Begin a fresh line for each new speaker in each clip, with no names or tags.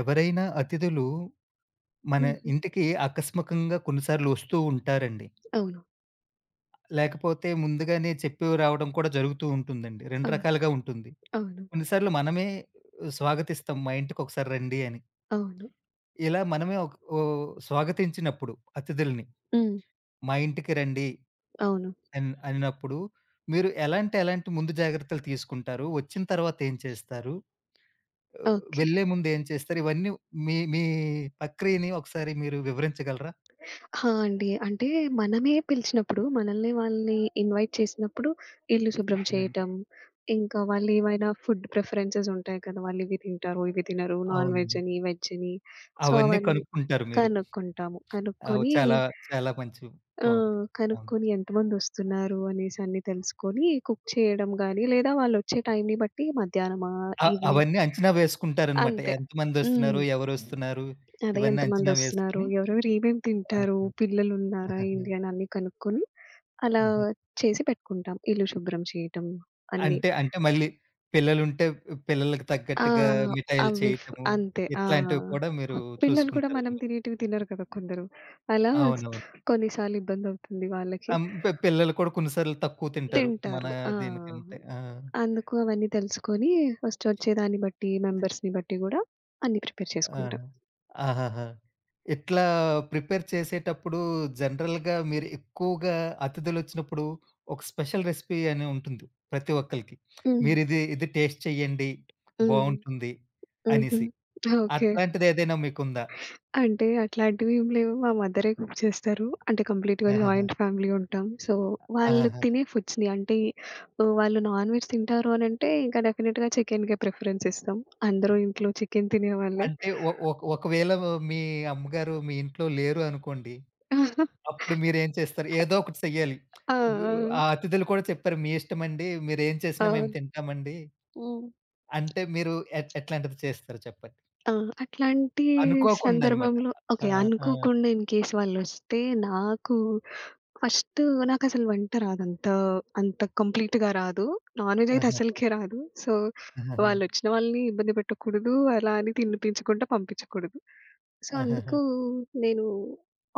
ఎవరైనా అతిథులు మన
హుహు.
ఇంటికి ఆకస్మికంగా కొన్నిసార్లు వస్తూ ఉంటారండి.
అవును.
లేకపోతే ముందుగానే చెప్పి రావడం కూడా జరుగుతూ ఉంటుందండి. 2
అవును.
రకాలుగా ఉంటుంది.
అవును.
కొన్నిసార్లు మనమే స్వాగతిస్తాం, మా ఇంటికొకసారి రండి అని.
అవును.
ఇలా మనమే ఒక స్వాగతించినప్పుడు అతిథుల్ని
హ్మ్.
మా ఇంటికి రండి
అవును.
అన్నప్పుడు మీరు ఎలాంటి ముందు జాగ్రత్తలు తీసుకుంటారు? వచ్చిన తర్వాత ఏం చేస్తారు? ఆహ్,
ఓకే.
వెళ్ళే ముందు ఏం చేస్తారు? ఇవన్నీ మీ మీ ప్రక్రియని ఒకసారి మీరు వివరించగలరా?
ఆ! అండి. అంటే మనమే పిలిచినప్పుడు, మనల్ని వాళ్ళని ఇన్వైట్ చేసినప్పుడు ఇల్లు శుభ్రం
అవునండి.
చేయటం, ఇంకా వాళ్ళేమైనా ఫుడ్ ప్రిఫరెన్సెస్ ఉంటాయి కదా! వాళ్ళివి తింటారు, ఇవి తినరు. నాన్ వెజ్
అవునండి.
అని, వెజ్ అని. సో,
అవన్నీ
అవన్నీ
కనుక్కుంటారు మీరు.
కనుక్కుంటాము.
అవి
కనుక్కొని
చాలా, చాలా మంచి బావుంది. అవును.
కనుక్కొని ఎంతమందొస్తున్నారు అనేసి అన్నీ తెలుసుకొని కుక్ చేయడం గానీ, లేదా వాళ్ళొచ్చే టైంని బట్టి మధ్యాహ్నమా,
అ
ఈవినింగ్
అవన్నీ అంచనా వేసుకుంటారనమాట.
అంతే. హ్మ్.
ఎంతమందొస్తున్నారు? ఎవరొస్తున్నారు?
అదే
ఇవన్నీ అంచనా
ఎంతమందొస్తున్నారు?
వేసుకొని
ఎవరెవరు ఏమేం తింటారు?
ఆహా!
పిల్లలున్నారా
ఆహాహా!
ఏంటి అని అన్నీ కనుక్కొని, అలా
ఆహా!
చేసి పెట్టుకుంటాం. ఇల్లు శుభ్రం చేయటం అన్నీ.
అంటే, అంటే మళ్ళీ పిల్లలుంటే పిల్లలకి
ఆ!
తగ్గట్టుగా మిఠాయిలు
అవి ఫ్
చేయటము,
అంతే. ఆ!
ఇట్లాంటివి కూడా మీరు
పిల్లలు కూడా మనం
చూసుకుంటారనమాట.
తినేటివి తినరు కదా కొందరు. అలా
అవునవును.
కొన్నిసార్లు ఇబ్బందవుతుంది వాళ్ళకి.
ఆహ్, హ్మ్. పిల్లలు కూడా కొన్ని సార్లు తక్కువ తింటారు మన
తింటారు. ఆ!
దీనికంటే. ఆ!
అందుకు అవన్నీ తెలుసుకొని ఫస్ట్ వచ్చే దాన్ని బట్టి, మెంబర్స్‌ని బట్టి గూడా అన్నీ ప్రిపేర్
ఆహా!
చేసుకుంటాం.
ఆహాహా! ఇట్లా ప్రిపేర్ చేసేటప్పుడు జనరల్‌గా మీరు ఎక్కువగా అతిథులొచ్చినప్పుడు ఒక స్పెషల్ రెసిపీ అని ఉంటుంది ప్రతి ఒక్కళ్ళకి.
హ్మ్.
మీరిది ఇది టేస్ట్ చేయండి,
హ్మ్.
బావుంటుంది
హుహు.
అనేసి.
ఓకే.
అట్లాంటిదేదైనా మీకుందా?
అంటే అట్లాంటివేం లేవు. మా మదరే కుక్ చేస్తారు. అంటే కంప్లీట్‌గా
ఆహాహా!
జాయింట్ ఫ్యామిలీ ఉంటాం. సో, వాళ్ళు
ఆహాహా!
తినే ఫుడ్స్‌ని అంటే వాళ్ళు నాన్ వెజ్ తింటారు అనంటే ఇంకా డెఫినిట్‌గా చికెన్‌కే ప్రిఫరెన్స్ ఇస్తాం. అందరూ ఇంట్లో చికెన్ తినేవాళ్ళే.
అంటే ఒ ఒక ఒకవేళ మీ అమ్మగారు మీ ఇంట్లో లేరు అనుకోండి. అప్పుడు మీరేం చేస్తారు? ఏదో ఒకటి చెయ్యాలి.
ఆ! ఆ!
గు ఆ అతిథులు కూడా చెప్పారు మీ ఇష్టమండి. మీరేం చేసినా మేము
అవును.
తింటామండి
హ్మ్.
అంటే మీరు ఎట్లాంటిది చేస్తారు చెప్పండి?
ఆ! అట్లాంటి
అనుకోకుండా అనమాట.
సందర్భంలో
ఆ!
ఓకే.
ఆ!
అనుకోకుండా ఇన్‌కేస్ వాళ్ళొస్తే నాకు ఫస్ట్ నాకసలు వంట రాదు. అంత, అంత కంప్లీట్‌గా రాదు. నాన్‌వెజ్ అయితే
ఆహాహా!
అసలకే రాదు. సో,
ఆహాహా!
వాళ్ళొచ్చిన వాళ్ళని ఇబ్బంది పెట్టకూడదు. అలా అని తినిపించకుండా పంపించకూడదు. సో,
ఆహాహా!
అందుకు నేను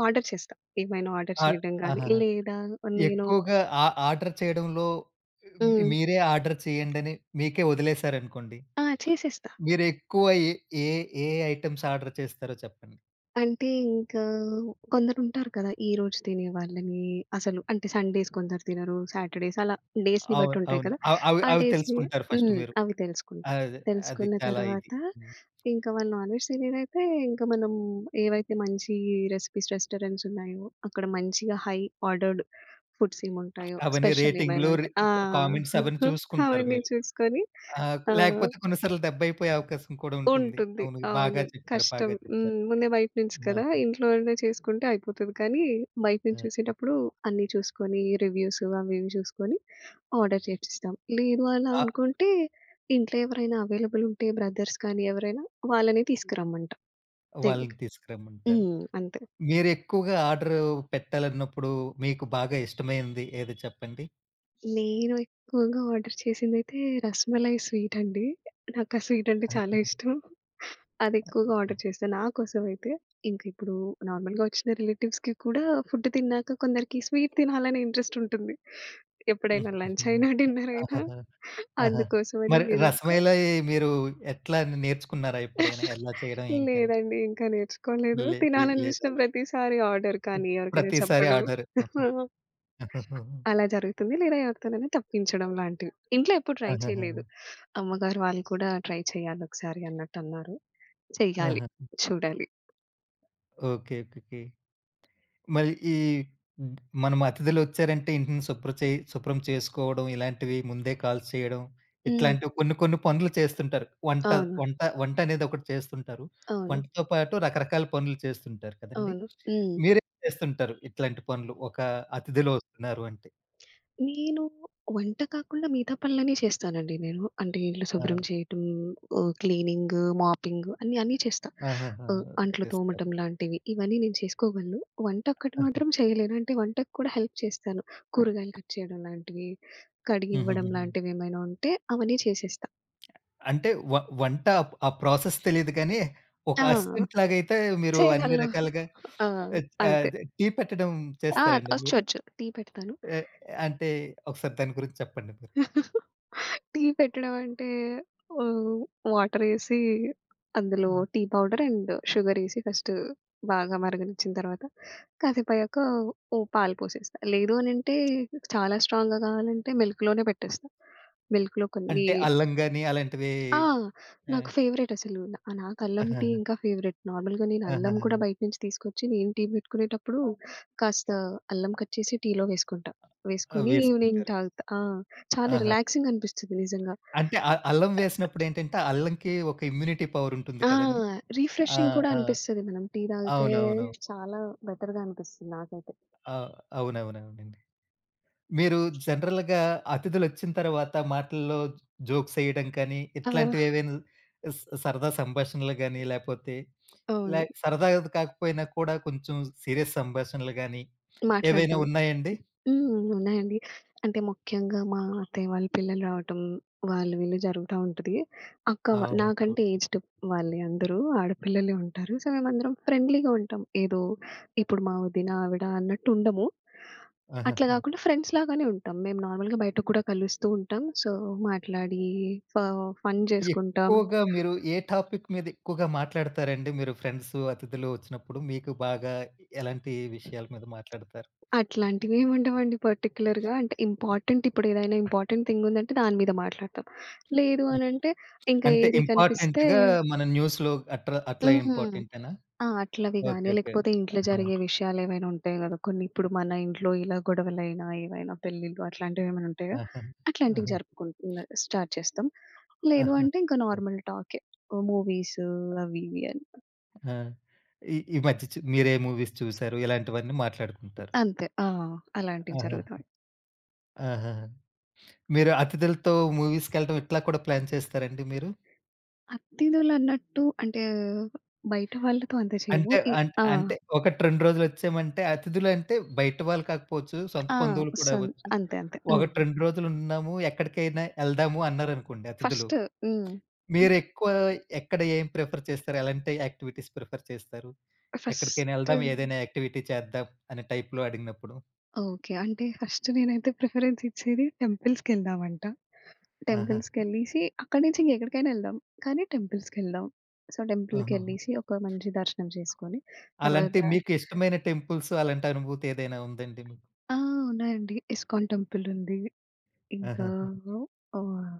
ఆర్డర్ చేస్తా. ఏమైనా ఆర్డర్
ఆ!
చేయడం గానీ,
ఆహాహా!
లేదా నేను
ఎక్కువగా ఆ ఆర్డర్ చేయడంలో మీ
హ్మ్.
మీరే ఆర్డర్ చేయండని మీకే వదిలేసారనుకోండి.
ఆ! చేసేస్తా.
మీరెక్కువ ఏ ఏ ఏ ఐటెమ్స్ ఆర్డర్ చేస్తారో చెప్పండి?
అంటే ఇంకా కొందరుంటారు కదా! ఈరోజు తినే వాళ్ళని అసలు అంటే సండేస్ కొందరు తినరు. సాటర్‌డేస్ అలా డేస్‌ని బట్టి
అవును.
ఉంటాయి
అవును.
కదా!
అవ్ అవి
ఆ
అవి
డేస్‌ని
తెలుసుకుంటారు ఫస్ట్
హ్మ్.
మీరు.
అవి తెలుసుకుంటా.
అదే. అది
తెలుసుకున్న
చాలా ఇది.
తర్వాత
హ్మ్.
ఇంకా వాళ్ళు నాన్ వెజ్ తినేదైతే ఇంకా మనం ఏవైతే మంచి రెసిపీస్ రెస్టారెంట్స్ ఉన్నాయో, అక్కడ మంచిగా హై ఆర్డర్డ్ ఫుడ్స్ ఏముంటాయో,
అవన్నీ
స్పెషల్ ఏమైనా
రేటింగ్‌లు,
ఉంటే ఆ!
కామెంట్స్ అవన్నీ చూసుకుంటారు
అవన్నీ
మీరు.
చూసుకొని
ఆ!
ఆహ్
లేకపోతే కొన్ని సార్లు దెబ్బయిపోయే అవకాశం కూడా ఉంటుంది.
ఉంటుంది.
అవును.
అవును.
బాగా చెప్పారు.
కష్టం.
బాగా
హ్మ్.
చెప్పారు.
ముందే బయట నుంచి
ఆ!
కదా! ఇంట్లోనే చేసుకుంటే అయిపోతది. కానీ బయట నుంచి
ఆ!
చూసేటప్పుడు అన్నీ చూసుకొని రివ్యూస్ అవి ఇవి చూసుకొని ఆర్డర్ చేపిస్తాం. లేదు అలా
ఆ!
అనుకుంటే ఇంట్లో ఎవరైనా అవైలబుల్ ఉంటే బ్రదర్స్ కానీ ఎవరైనా వాళ్ళని తీసుకురమ్మంటాం. దగ్గ
వాళ్ళని తీసుకురమ్మంటారు.
హ్మ్. అంతే.
మీరెక్కువగా ఆర్డర్ పెట్టాలన్నప్పుడు మీకు బాగా ఇష్టమైనది ఏదో చెప్పండి?
నేను ఎక్కువగా ఆర్డర్ చేసిందైతే రసమలై స్వీట్ అండి. నాకా స్వీట్ అంటే
ఆహా!
చాలా ఇష్టం. అది ఎక్కువగా
ఆ!
ఆర్డర్ చేస్తా నా కోసం అయితే. ఇంక ఇప్పుడు నార్మల్‌గా వచ్చిన రిలేటివ్స్‌కి కూడా ఫుడ్ తిన్నాక కొందరికి స్వీట్ తినాలనే ఇంట్రెస్ట్ ఉంటుంది. ఎప్పుడైనా
హుహుహు.
లంచ్ అయినా, డిన్నర్ అయినా
ఆహాహా! ఆహా!
అందుకోసమని
మరి
ఏదో ఒక
రసమలై మీరు ఎట్లా నేర్చుకున్నారా ఎప్పుడైనా? ఎలా చేయడం ఏంటని?
లేదండి. ఇంకా నేర్చుకోలేదు.
లే లే లేదా?
తినాలనిపించిన ప్రతిసారి ఆర్డర్ కానీ, ఎవరికైనా
ప్రతిసారి
చెప్పడం.
ఆర్డర్. ఆహా!
అలా జరుగుతుంది. లేదా ఎవరితోనైనా తప్పించడం లాంటివి. ఇంట్లో ఎప్పుడు ట్రై
ఆహాహా!
చేయలేదు. అమ్మగారు వాళ్ళు కూడా ట్రై చేయాలి ఒకసారి అన్నట్టన్నారు. చెయ్యాలి.
ఆహాహా!
చూడాలి.
ఓకే. ఓకే. ఓకే. మరి ఈ హ్మ్. మనం అతిథులొచ్చారంటే ఇంటిని శుభ్రం చేసుకోవడం, ఇలాంటివి ముందే కాల్స్ చేయడం,
హ్మ్.
ఇట్లాంటివి కొన్ని కొన్ని పనులు చేస్తుంటారు. వంట
అవును.
వంట వంటనేది ఒకటి చేస్తుంటారు.
అవును.
వంటతో పాటు రకరకాల పనులు చేస్తుంటారు కదండీ!
అవును. హ్మ్.
మీరేం చేస్తుంటారు ఇట్లాంటి పనులు? ఒక అతిథులొస్తున్నారు అంటే?
నేను వంట కాకుండా మిగతా పనులన్నీ చేస్తానండి నేను. అంటే ఇల్లు
ఆ!
శుభ్రం చేయటం, క్లీనింగ్, మాపింగ్ అన్నీ అన్నీ చేస్తా.
ఆహాహా!
అంట్లు
చేస్తారు.
తోమటం లాంటివి ఇవన్నీ నేను చేసుకోగలను. వంట ఒక్కటి
ఆహా!
మాత్రం చేయలేను. అంటే వంటకు కూడా హెల్ప్ చేస్తాను. కూరగాయలు కట్ చేయడం లాంటివి, కడిగివ్వడం
హుహుహుహు.
లాంటివి ఏమైనా ఉంటే అవన్నీ చేసేస్తా.
అంటే వంట ఆ ప్రాసెస్ తెలీదు కానీ, ఒక
ఆ!
అసిస్టెంట్ లాగైతే మీరు అన్ని
చేయగలను.
రకాలుగా
ఆ!
ఆహ్, ఆహ్,
అంతే.
అదే టీ పెట్టడం
ఆ!
చేస్తారండి
ఒచ్చు
మీరు?
ఒచ్చు. టీ పెడతాను.
ఆహ్, అంటే ఒకసారి దాని గురించి చెప్పండి మీరు?
టీ పెట్టడం అంటే ఆహ్, వాటరేసి అందులో
హ్మ్.
టీ పౌడర్ అండ్ షుగరేసి ఫస్ట్ బాగా మరగనిచ్చిన తర్వాత కాసేపయ్యాక ఓ పాలు పోసేస్తా. లేదు అనంటే చాలా స్ట్రాంగ్‌గా కావాలంటే మిల్క్‌లోనే పెట్టేస్తా. మిల్క్‌లో కొన్ని
అంటే అల్లం గాని అలాంటివి
ఆ!
ఆ!
నాకు ఫేవరెట్ అసలు. నాకు అల్లం
ఆహా!
టీ ఇంకా ఫేవరెట్. నార్మల్‌గా నేను అల్లం కూడా
ఆహాహాహా!
బయట నుంచి తీసుకొచ్చి నేను టీ పెట్టుకునేటప్పుడు కాస్త అల్లం కట్ చేసి టీలో వేసుకుంటా.
ఆ!
వేసుకొని ఈవినింగ్
వేసుకుంటారు.
తాగుతా. ఆ! చాలా
ఆహా!
రిలాక్సింగ్ అనిపిస్తది నిజంగా.
అంటే అల్లం వేసినప్పుడు ఏంటంటే, అల్లంకి ఒక ఇమ్యూనిటీ పవర్ ఉంటుంది
ఆ!
కదండీ! ఆ!
రిఫ్రెషింగ్ కూడా
ఆ!
అనిపిస్తది. మనం టీ తాగితే
అవునవును.
చాలా బెటర్‌గా అనిపిస్తుంది నాకైతే.
ఆ! అవునవునవునండి. మీరు జనరల్‌గా అతిథులొచ్చిన తర్వాత మాటల్లో జోక్సేయడం కానీ,
ఆ!
ఇట్లాంటివేవైనా సరదా సంభాషణలు గాని, లేపోతే ఇలా
అవును.
సరదాది కాకపోయినా కూడా కొంచెం సీరియస్ సంభాషణలు గాని, ఏవైనా
మాట్లాడడం.
ఉన్నాయండి?
హ్మ్. ఉన్నాయండి. అంటే ముఖ్యంగా మా అత్తయ్య వాళ్ళ పిల్లలు రావటం, వాళ్ళు వీళ్ళు జరుగుతా ఉంటది. అక్క వా
అవును.
నాకంటే ఏజ్డ్ వాళ్ళే అందరూ ఆడపిల్లలే ఉంటారు. సో, మేమందరం ఫ్రెండ్లీగా ఉంటాం. ఏదో ఇప్పుడు మా వదిన, ఆవిడ అన్నట్టు ఉండము.
ఆహాహా!
అట్లా కాకుండా ఫ్రెండ్స్ లాగానే ఉంటాం. మేము నార్మల్‌గా బయట కూడా కలుస్తూ ఉంటాం. సో, మాట్లాడి ఫ ఫన్ చేసుకుంటాం.
ఎక్కువగా మీరు ఏ టాపిక్ మీద ఎక్కువగా మాట్లాడతారండి? మీరు ఫ్రెండ్స్, అతిథులు వచ్చినప్పుడు మీకు బాగా ఎలాంటి విషయాల మీద మాట్లాడతారు?
అట్లాంటివేమి ఉండవండి పర్టిక్యులర్‌గా. అంటే ఇంపార్టెంట్ ఇప్పుడేదైనా ఇంపార్టెంట్ థింగ్ ఉందంటే దాని మీద మాట్లాడతాం. లేదు
హ్మ్.
అనంటే ఇంకా
అంటే
ఏది కనిపిస్తే
ఇంపార్టెంట్‌గా మన న్యూస్‌లో అట్లా
హ్మ్.
ఇంపార్టెంటేనా?
ఆ! అట్లవి గాని,
ఓకే. ఓకే.
లేకపోతే ఇంట్లో
ఆహా!
జరిగే విషయాలేవైనా ఉంటాయి గదా! కొన్ని ఇప్పుడు మన ఇంట్లో ఇలా గొడవలైనా, ఏవైనా పెళ్ళిళ్ళు అట్లాంటివేమైనా ఉంటాయి గదా!
ఆహా!
అట్లాంటివి
ఆహా!
జరుపుకుంటున్న స్టార్ట్ చేస్తాం. లేదు
ఆహా!
అంటే ఇంకా
ఓకే.
నార్మల్ టాకే. మూవీసు అవి ఇవి అని.
ఆ! ఈ ఈ మధ్య మీరే మూవీస్ చూసారు? ఇలాంటివన్నీ మాట్లాడుకుంటారు.
అంతే. ఆ! అలాంటివి
ఆహా!
జరుగుతా
ఆహాహా! మీరు అతిథులతో మూవీస్‌కెళ్ళడం ఇట్లా కూడా ప్లాన్ చేస్తారండి మీరు?
అతిథులన్నట్టు అంటే, బయట వాళ్ళతో అంత చేయము.
అంటే
ఈ ఆ!
అంటే ఒకటి 2 రోజులొచ్చామంటే అతిథులంటే బయట వాళ్ళు కాకపోవచ్చు, సొంత
ఆ!
బంధువులు కూడా
సన్
అవ్వచ్చు.
అంతే. అంతే.
ఒకటి
హ్మ్.
2 రోజులున్నాము, ఎక్కడికైనా ఎళ్దాము అన్నారనుకోండి అతిథులు.
ఫస్ట్ హ్మ్.
మీరెక్కువ ఎక్కడ ఏం ప్రిఫర్ చేస్తారు? ఎలాంటి యాక్టివిటీస్ ప్రిఫర్ చేస్తారు? ఎక్కడికైనా
ఫస్ట్
ఎళ్దాం, ఏదైనా యాక్టివిటీ చేద్దాం అనే టైప్‌లో అడిగినప్పుడు?
ఓకే. అంటే ఫస్ట్ నేనైతే ప్రిఫరెన్స్ ఇచ్చేది టెంపుల్స్‌కెళ్దామంట.
ఆహా!
టెంపుల్స్‌కెళ్ళేసి అక్కడి నుంచి ఇంకెక్కడికైనా ఎళ్దాం. కానీ టెంపుల్స్‌కెళ్దాం. సో,
ఆహాహా!
టెంపుల్‌కెళ్ళేసి ఒక మంచి దర్శనం చేసుకొని,
అలాంటి
తర్వాత
మీకు ఇష్టమైన టెంపుల్స్ అలాంటి అనుభూతి ఏదైనా ఉందండి మీకు?
ఆ! ఉన్నాయండి. ఇస్కాన్ టెంపులుంది. ఇంకా
ఆహాహా!
ఆహ్,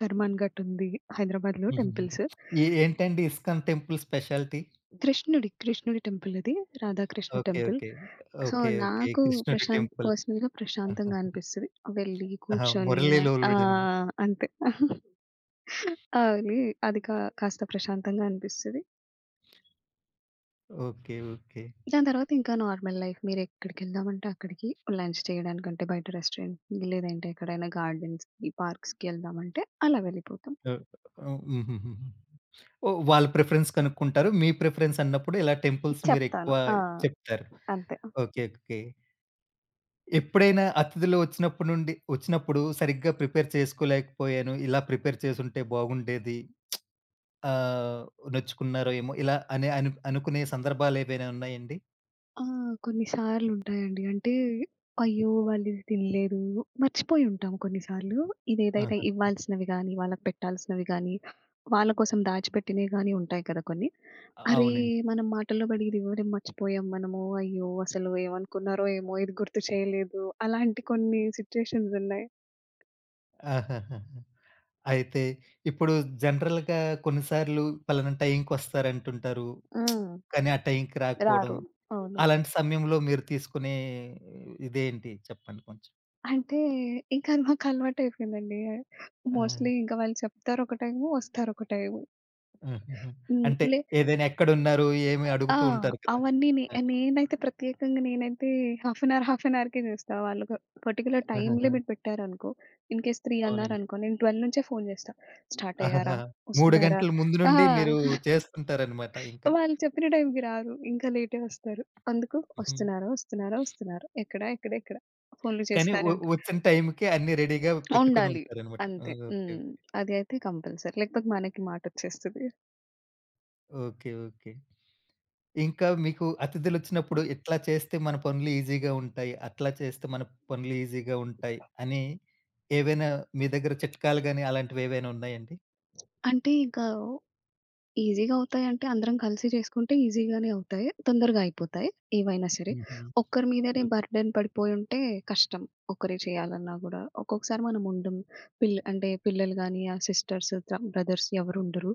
కర్మాన్ ఘాట్ ఉంది. హైదరాబాద్‌లో
హుహుహు.
టెంపుల్స్.
ఏంటండి ఇస్కాన్ టెంపుల్ స్పెషాలిటీ?
కృష్ణుడి టెంపులది. Radhakrishna
okay.
Temple.
Okay.
So,
okay. Okay.
నాకు
కృష్ణుడి
ప్రశాంత్
టెంపుల్.
పర్సనల్‌గా ప్రశాంతంగా
ఆహాహా!
అనిపిస్తది. వెళ్ళి
ఆహా!
కూర్చొని
మురళి లోలుడేనేమో.
అంతే. ఆ! వెళ్ళి అది కా కాస్త ప్రశాంతంగా అనిపిస్తది.
ఓకే. ఓకే.
దాని తర్వాత ఇంకా నార్మల్ లైఫ్. మీరెక్కడికెళ్దామంటే అక్కడికి లంచ్ చేయడానికంటే బయట రెస్టారెంట్‌కి, లేదంటే ఎక్కడైనా గార్డెన్స్‌కి, పార్క్స్‌కి ఎళ్దామంటే అలా వెళ్ళిపోతాం.
ఓహ్! ఓహ్! హుహుహు. ఓహ్! వాళ్ళ ప్రిఫరెన్స్ కనుక్కుంటారు. మీ ప్రిఫరెన్స్ అన్నప్పుడు ఇలా టెంపుల్స్
చెప్తాను.
మీరెక్కువ
ఆ!
చెప్తారు.
అంతే.
ఓకే. ఓకే. ఎప్పుడైనా అతిథులు వచ్చినప్పుడు నుండి వచ్చినప్పుడు సరిగ్గా ప్రిపేర్ చేసుకోలేకపోయాను. ఇలా ప్రిపేర్ చేసుంటే బాగుండేది. ఆహ్, నొచ్చుకున్నారో ఏమో ఇలా అని అనుకునే సందర్భాలేవైనా ఉన్నాయండి?
ఆ! కొన్ని సార్లుంటాయండి. అంటే, అయ్యో! వాళ్ళిది తినలేదు, మర్చిపోయి ఉంటాం కొన్నిసార్లు. ఇదేదైతే
ఆహా!
ఇవ్వాల్సినవి గానీ, వాళ్ళకి పెట్టాల్సినవి గానీ, వాళ్ళ కోసం దాచిపెట్టినవి గానీ ఉంటాయి కదా కొన్ని. అరే!
అవునండి.
మనం మాటల్లో పడి ఇది ఇవ్వడం మర్చిపోయాం మనము. అయ్యో! అసలు ఏమనుకున్నారో ఏమో, ఇది గుర్తు చేయలేదు. అలాంటి కొన్ని సిట్యుయేషన్స్ ఉన్నాయి.
ఆహాహాహా! అయితే ఇప్పుడు జనరల్‌గా కొన్నిసార్లు పలానా టైంకొస్తారంటుంటారు.
హ్మ్.
కానీ ఆ టైంకి రాకపోవడం
రారు. అవును.
అలాంటి సమయంలో మీరు తీసుకునే ఇదేంటి చెప్పండి కొంచెం?
అంటే, ఇంకా మాకు అలవాటయిపోయిందండి.
ఆ!
మోస్ట్‌లీ ఇంకా వాళ్ళు చెప్తారు ఒక టైము, వస్తారు ఒక టైము.
హుహుహు.
హ్మ్.
అంటే ఏదైనా ఎక్కడున్నారు? ఏమి
ఆ!
అడుగుతూ ఉంటారు కదా!
అవన్నీ నే
ఆ!
నేనైతే ప్రత్యేకంగా నేనైతే half an hour, half an అవర్‌కే జూస్తా. వాళ్ళు ఒక పర్టిక్యులర్ టైమ్
ఆహాహా!
లిమిట్ పెట్టారనుకో, ఇన్ కేస్ 3
అవునండి.
అన్నారనుకో, నేను 12 నుంచే ఫోను జేస్తా. స్టార్ట్ అయ్యారా?
ఆహాహా! 3
వస్తున్నారా?
గంటల ముందు
ఆ!
నుండి మీరు చేస్తుంటారనమాట ఇంకా.
వాళ్ళు చెప్పిన టైంకి రారు. ఇంకా లేటే వస్తారు. అందుకు
హ్మ్.
వస్తున్నారా? వస్తున్నారా? వస్తున్నారా? ఎక్కడ? ఎక్కడ? ఎక్కడ? ఫోన్లు
కానీ
చేస్తానే ఉంటారు.
వచ్చిన టైంకి అన్నీ రెడీగా పెట్టుకొని
ఉండాలి.
ఉంటారనమాట.
అంతే.
ఓకే.
హ్మ్. అది అయితే కంపల్సరీ. లేకపోతే మనకి మాటొచ్చేస్తది.
ఓకే. ఓకే. ఇంకా మీకు అతిథులొచ్చినప్పుడు ఇట్లా చేస్తే మన పనులు ఈజీగా ఉంటాయి. అట్లా చేస్తే మన పనులు ఈజీగా ఉంటాయి అని ఏవైనా మీ దగ్గర చిట్కాలు గాని అలాంటివేవైనా ఉన్నాయండి?
అంటే ఇంకా ఈజీగా అవుతాయంటే అందరం కలిసి చేసుకుంటే ఈజీగానే అవుతాయి. తొందరగా అయిపోతాయి ఏవైనా సరే.
హుహు.
ఒక్కరి మీదనే
ఓకే.
బర్డెన్ పడిపోయుంటే కష్టం. ఒకరే చేయాలన్నా గూడా. ఒక్కొక్కసారి మనం ఉండం. అంటే పిల్లలు గాని, ఆ సిస్టర్స్, త బ్రదర్స్ ఎవరు ఉండరు.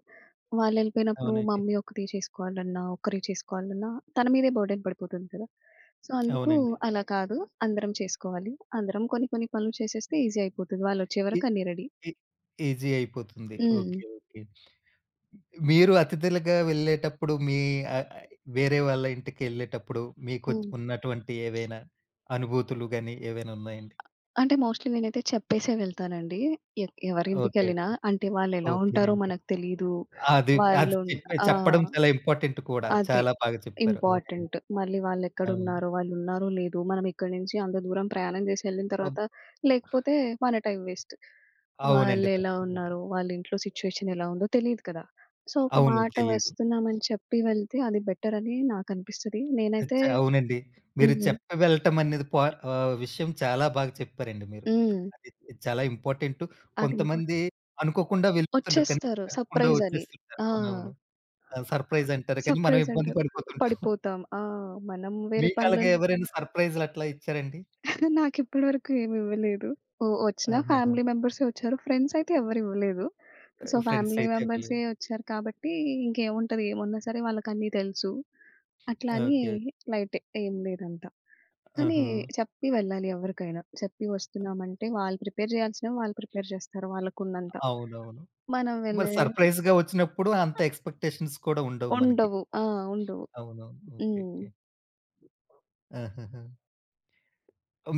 వాళ్ళెళ్ళిపోయినప్పుడు
అవునండి.
మమ్మీ ఒక్కతే చేసుకోవాలన్నా, ఒక్కరే చేసుకోవాలన్నా తన మీదే బర్డెన్ పడిపోతుంది కదా! సో, అందుకు
అవునండి.
అలా కాదు. అందరం చేసుకోవాలి. అందరం కొన్ని కొన్ని పనులు చేసేస్తే ఈజీ అయిపోతది. వాళ్ళొచ్చే
ఇ
వరకు అన్నీ రెడీ.
ఇ ఈజీ అయిపోతుంది.
హ్మ్.
ఓకే. ఓకే. మీరు అతిథులుగా వెళ్ళేటప్పుడు మీ ఆహ్, ఆహ్, వేరే వాళ్ళ ఇంటికెళ్ళేటప్పుడు మీకొచ్
హ్మ్.
ఉన్నటువంటి ఏవైనా అనుభూతులు గాని ఏవైనా ఉన్నాయండి?
అంటే మోస్ట్‌లీ నేనైతే చెప్పేసే వెళ్తానండి. ఎ
ఓకే.
ఎవరింటికెళ్ళినా
ఓకే.
అంటే వాళ్ళెలా ఉంటారో
ఓకేనండి.
మనకు తెలీదు.
అది. అది
వాళ్ళు
చెప్పడం
ఆహ్,
చాలా ఇంపార్టెంట్ కూడా.
అదే.
చాలా బాగా చెప్పారు. అవునండి.
ఇంపార్టెంట్. మళ్ళీ
అవును.
వాళ్ళెక్కడున్నారో, వాళ్ళున్నారో లేదో, మనం ఇక్కడి నుంచి అంత దూరం ప్రయాణం చేసి ఎళ్ళిన
అవ్
తర్వాత లేకపోతే మన టైం వేస్ట్.
అవునండి.
వాళ్ళెలా
తప్పకుండా.
ఉన్నారో, వాళ్ళ ఇంట్లో సిట్యుయేషన్ ఎలా ఉందో తెలీదు కదా! సో, ఒక
అవును.
మాట
తెలీదు.
వస్తున్నామని చెప్పి వెళ్తే అది బెటర్ అని నాకనిపిస్తది. నేనైతే
అవునండి. మీరు
హ్మ్.
చెప్పి వెళ్ళటం అనేది పా ఆహ్, విషయం చాలా బాగా చెప్పారండి మీరు.
హ్మ్.
అది చాలా ఇంపార్టెంట్.
అది
కొంతమంది అనుకోకుండా వెళ్ళిపోతుంటారు. కానీ
వచ్చేస్తారు.
చెప్పకుండా
సర్ప్రైజ్ అని.
వచ్చేస్తుంటారు.
ఆ!
అవునవును. ఆ! సర్ప్రైజ్ అంటారు. కానీ మనం
సర్ప్రైజ్
ఇబ్బంది
అంటారు.
పడిపోతుంటాం.
పడిపోతాం. ఆ! మనం వేరే
మీకలాగా
పనులలో
ఎవరైనా సర్ప్రైజ్‌లు అట్లా ఇచ్చారండి?
నాకిప్పటి వరకు ఏమి ఇవ్వలేదు. ఓ వచ్చిన
ఆహాహా!
ఫ్యామిలీ మెంబర్సే వచ్చారు. ఫ్రెండ్స్ అయితే ఎవరు ఇవ్వలేదు. సో,
ఫ్రెండ్స్
ఫ్యామిలీ
అయితే
మెంబర్సే
ఇవ్వలేదు.
వచ్చారు కాబట్టి ఇంకేముంటది ఏమున్నా సరే వాళ్ళకన్నీ తెలుసు. అట్లా
ఓకే.
అని
ఓకే.
లైటే ఏం లేదంతా. కానీ
ఆహా!
చెప్పి వెళ్ళాలి ఎవరికైనా. చెప్పి వస్తున్నామంటే వాళ్ళు ప్రిపేర్ చేయాల్సినవి వాళ్ళు ప్రిపేర్ చేస్తారు వాళ్ళకున్నంత.
అవునవును.
మనం
మరి
వెళ్ళేది
సర్ప్రైజ్‌గా వచ్చినప్పుడు అంత ఎక్స్‌పెక్టేషన్స్ కూడా ఉండవు మనకి.
ఉండవు. ఆ! ఉండవు.
అవునవును. ఓకే.
హ్మ్.
ఓకే. ఆహాహా!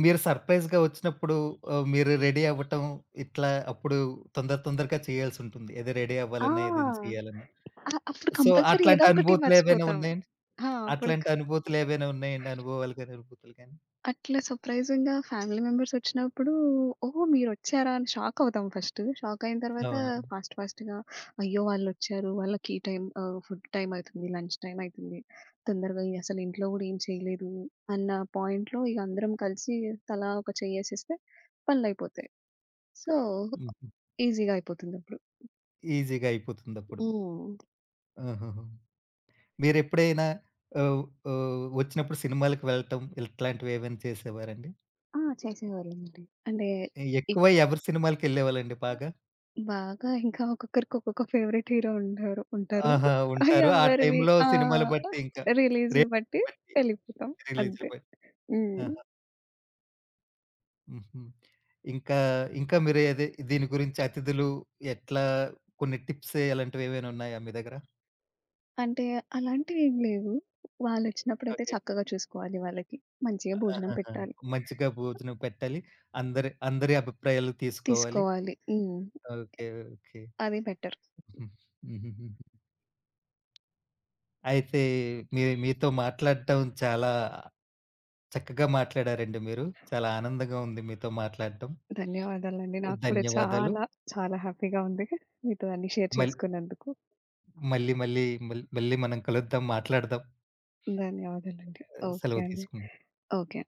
మీరు సర్ప్రైజ్‌గా వచ్చినప్పుడు మీరు రెడీ అవ్వటం ఇట్లా అప్పుడు తొందరగా చేయాల్సుంటుంది. ఏదో రెడీ
ఆ!
అవ్వాలన్నా, ఏదైనా చేయాలన్నా.
అహా! అప్పుడు
సో,
కంపల్సరీ ఏదో
అట్లాంటి
ఒకటి
అనుభూతులు ఏవైనా
మర్చిపోతాము.
ఉన్నాయండి?
ఆ! అప్పుడు
అట్లాంటి
క
అనుభూతులు ఏవైనా ఉన్నాయండి? అనుభవాలు గాని, అనుభూతులు గాని?
అట్లా సర్ప్రైజింగ్‌గా ఫ్యామిలీ మెంబర్స్ వచ్చినప్పుడు, ఓహ్! మీరొచ్చారా అని షాక్ అవుతాం ఫస్ట్. షాక్ అయిన తర్వాత
అవునవును.
ఫాస్ట్ ఫాస్ట్‌గా అయ్యో! వాళ్ళొచ్చారు. వాళ్ళకి ఈ టైం ఫుడ్ టైమ్ అయితుంది, లంచ్ టైమ్ అయితుంది. తొందరగా అసలు ఇంట్లో గూడా ఏం చేయలేదు అన్న పాయింట్‌లో ఇగ అందరం కలిసి తలా ఒక చెయ్యేసేస్తే పనులయిపోతాయి. సో,
హుహు.
ఈజీగా అయిపోతుందప్పుడు.
ఈజీగా అయిపోతుందప్పుడు.
హ్మ్.
ఆహాహా! మీరెప్పుడైనా ఆహ్, ఆహ్, వచ్చినప్పుడు సినిమాలకి వెళ్ళటం ఇట్లాంటివి ఏవైనా చేసేవారండి?
ఆ! చేసేవాళ్ళమండి. అంటే
ఎక్కువ
ఎక్కువ
ఎవరి సినిమాలకెళ్ళేవాళ్ళండి బాగా?
బాగా ఇంకా ఒక్కొక్కరికి ఒక్కొక్క ఫేవరెట్ హీరో ఉంటారు ఉంటారు.
ఆహా! ఉంటారు. ఆ
ఎవరివి
టైంలో
ఆ!
సినిమాలు బట్టి ఇంకా
రిలీజ్‌లు బట్టి
రేటింగ్‌లు బట్టి,
వెళ్ళిపోతాం
రిలీజ్‌లు
అంతే.
బట్టి.
హ్మ్.
ఆహా! హుహు. ఇంకా, ఇంకా మీరు ఏది దీని గురించి అతిథులు ఎట్లా కొన్ని టిప్స్ అలాంటివి ఏవైనా ఉన్నాయా మీ దగ్గర?
అంటే అలాంటివేం లేవు. వాళ్ళొచ్చినప్పుడైతే
ఓకే.
చక్కగా చూసుకోవాలి వాళ్ళకి. మంచిగా భోజనం
ఆహాహా!
పెట్టాలి.
మంచిగా భోజనం పెట్టాలి. అందరి అందరి అభిప్రాయాలు తీసుకోవాలి.
తీసుకోవాలి. హ్మ్.
ఓకే. ఓకే.
అది బెటర్.
హుహు. హుహుహు. అయితే మీతో మాట్లాడటం చాలా చక్కగా మాట్లాడారండి మీరు. చాలా ఆనందంగా ఉంది మీతో మాట్లాడటం.
ధన్యవాదాలండి. నాకు కూడా
ధన్యవాదాలు.
చాలా చాలా హ్యాపీగా ఉంది. మీతో అన్నీ షేర్
మళ్
చేసుకున్నందుకు.
మళ్ళీ మళ్ళీ మళ్ మళ్ళీ మనం కలుద్దాం, మాట్లాడదాం.
ధన్యవాదాలండి. ఓకే
సెలవు
అండి.
తీసుకుంటాం.
ఓకే.